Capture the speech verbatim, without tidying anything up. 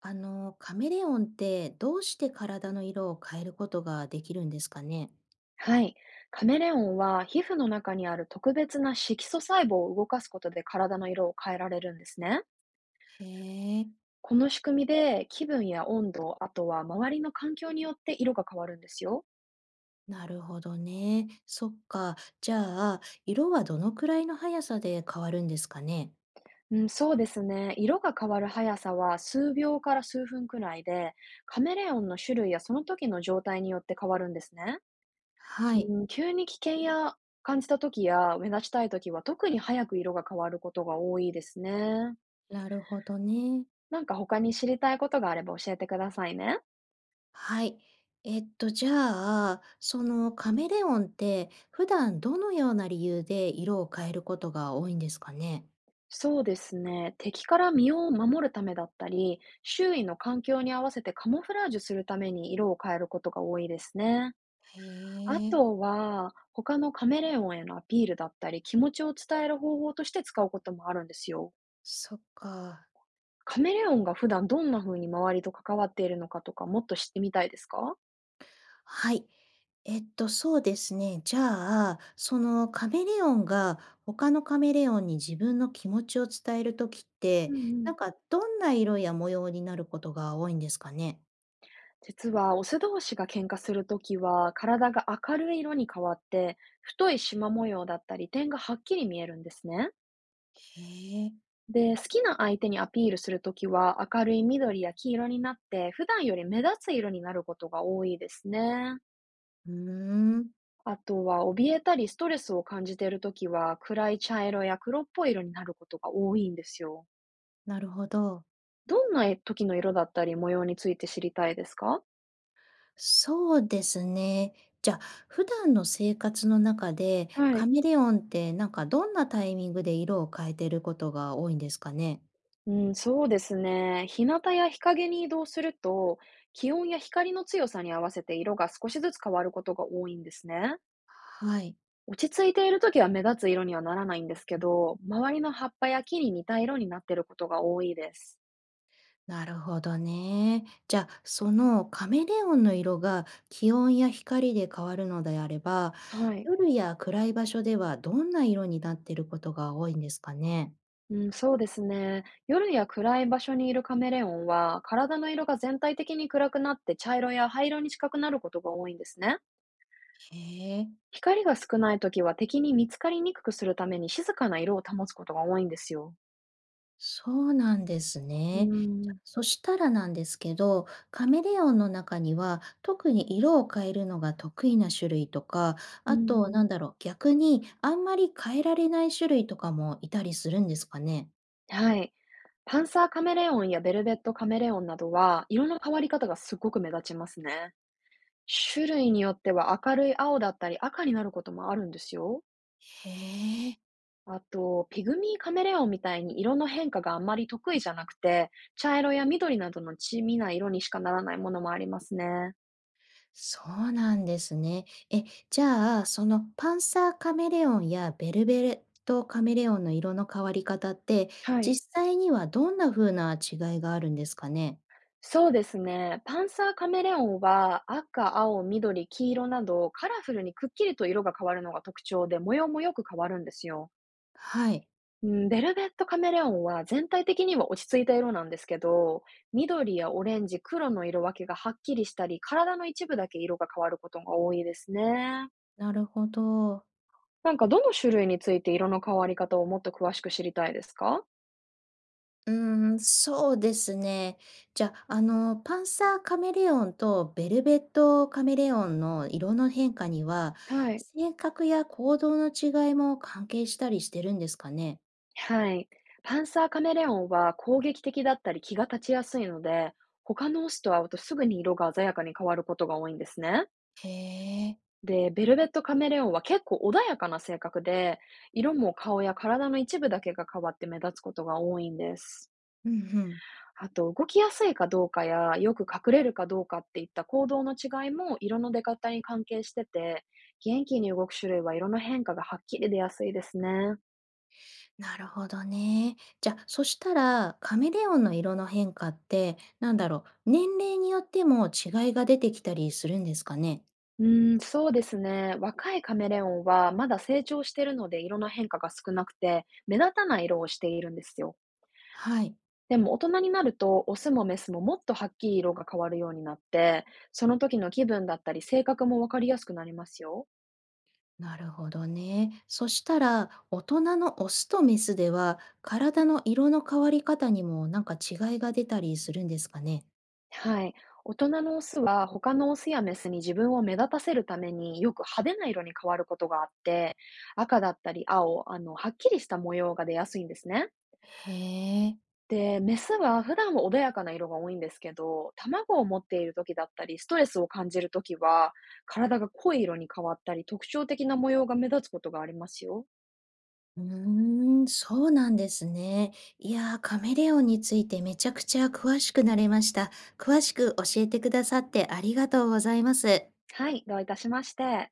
あの、カメレオンってどうして体の色を変えることができるんですかね？はい。カメレオンは皮膚の中にある特別な色素細胞を動かすことで体の色を変えられるんですね。へえ。この仕組みで気分や温度、あとは周りの環境によって色が変わるんですよ。なるほどね。そっか。じゃあ、色はどのくらいの速さで変わるんですかね？うん、そうですね。色が変わる速さは数秒から数分くらいで、カメレオンの種類やその時の状態によって変わるんですね。はい。うん、急に危険や感じた時や目立ちたい時は特に早く色が変わることが多いですね。なるほどね。なんか他に知りたいことがあれば教えてくださいね。はい。えっと、じゃあ、そのカメレオンって普段どのような理由で色を変えることが多いんですかね？そうですね。敵から身を守るためだったり、周囲の環境に合わせてカモフラージュするために色を変えることが多いですね。へあえ。とは、他のカメレオンへのアピールだったり、気持ちを伝える方法として使うこともあるんですよ。そっか。カメレオンが普段どんな風に周りと関わっているのかとか、もっと知ってみたいですか？はい。えっと、そうですね。じゃあ、そのカメレオンが他のカメレオンに自分の気持ちを伝えるときっうんて、うなん。んかどんな色や模様になることが多いんですかね？実はオス同士が喧嘩するときは、体が明るい色に変わって、太い縞模様だったり点がはっきり見えるんですね。へえ。で、好きな相手にアピールするときは、明るい緑や黄色になって、普段より目立つ色になることが多いですね。うーん、あとは、怯えたりストレスを感じているときは、暗い茶色や黒っぽい色になることが多いんですよ。なるほど。どんな時の色だったり模様について知りたいですか？そうですね。じゃあ、普段の生活の中で、はカい。メレオンってなんかどんなタイミングで色を変えてることが多いんですかね？うん、そうですね。日向や日陰に移動すると、気温や光の強さに合わせて色が少しずつ変わることが多いんですね。はい。落ち着いているときは目立つ色にはならないんですけど、周りの葉っぱや木に似た色になっていることが多いです。なるほどね。じゃあ、そのカメレオンの色が気温や光で変わるのであれば、はい。夜や暗い場所ではどんな色になっていることが多いんですかね。うん、そうですね。夜や暗い場所にいるカメレオンは、体の色が全体的に暗くなって茶色や灰色に近くなることが多いんですね。へえ、光が少ないときは敵に見つかりにくくするために静かな色を保つことが多いんですよ。そうなんですうーね。じゃん、そしたらなんですけど、カメレオンの中には特に色を変えるのが得意な種類とか、うんあうとなん。んだろう、逆にあんまり変えられない種類とかもいたりするんですかね。はい。パンサーカメレオンやベルベットカメレオンなどは、色の変わり方がすごく目立ちますね。種類によっては明るい青だったり赤になることもあるんですよ。へえ。あと、ピグミーカメレオンみたいに色の変化があんまり得意じゃなくて、茶色や緑などの地味な色にしかならないものもありますね。そうなんですね。え、じゃあ、そのパンサーカメレオンやベルベレットカメレオンの色の変わり方って、はい。実際にはどんな風な違いがあるんですかね。そうですね。パンサーカメレオンは赤、青、緑、黄色などカラフルにくっきりと色が変わるのが特徴で模様もよく変わるんですよ。はい、うん、ベルベットカメレオンは全体的には落ち着いた色なんですけど、緑やオレンジ、黒の色分けがはっきりしたり、体の一部だけ色が変わることが多いですね。なるほど。なんかどの種類について色の変わり方をもっと詳しく知りたいですか？うーん、そうですね。じゃあ、あの、パンサーカメレオンとベルベットカメレオンの色の変化には、はい。性格や行動の違いも関係したりしてるんですかね。はい。パンサーカメレオンは攻撃的だったり気が立ちやすいので、他のオスと会うとすぐに色が鮮やかに変わることが多いんですね。へえ、で、ベルベットカメレオンは結構穏やかな性格で、色も顔や体の一部だけが変わって目立つことが多いんです。うんうん。あと、動きやすいかどうかや、よく隠れるかどうかっていった行動の違いも色の出方に関係してて、元気に動く種類は色の変化がはっきり出やすいですね。なるほどね。じゃ、あ、そしたら、カメレオンの色の変化って、なんだろう、年齢によっても違いが出てきたりするんですかね？うーん、そうですね。若いカメレオンはまだ成長しているので色の変化が少なくて、目立たない色をしているんですよ。はい。でも大人になると、オスもメスももっとはっきり色が変わるようになって、その時の気分だったり性格もわかりやすくなりますよ。なるほどね。そしたら、大人のオスとメスでは、体の色の変わり方にもなんか違いが出たりするんですかね？はい。大人のオスは他のオスやメスに自分を目立たせるためによく派手な色に変わることがあって、赤だったり青、あの、はっきりした模様が出やすいんですね。へえ。で、メスは普段は穏やかな色が多いんですけど、卵を持っている時だったり、ストレスを感じる時は、体が濃い色に変わったり、特徴的な模様が目立つことがありますよ。うーん、そうなんですね。いやー、カメレオンについてめちゃくちゃ詳しくなれました。詳しく教えてくださってありがとうございます。はい、どういたしまして。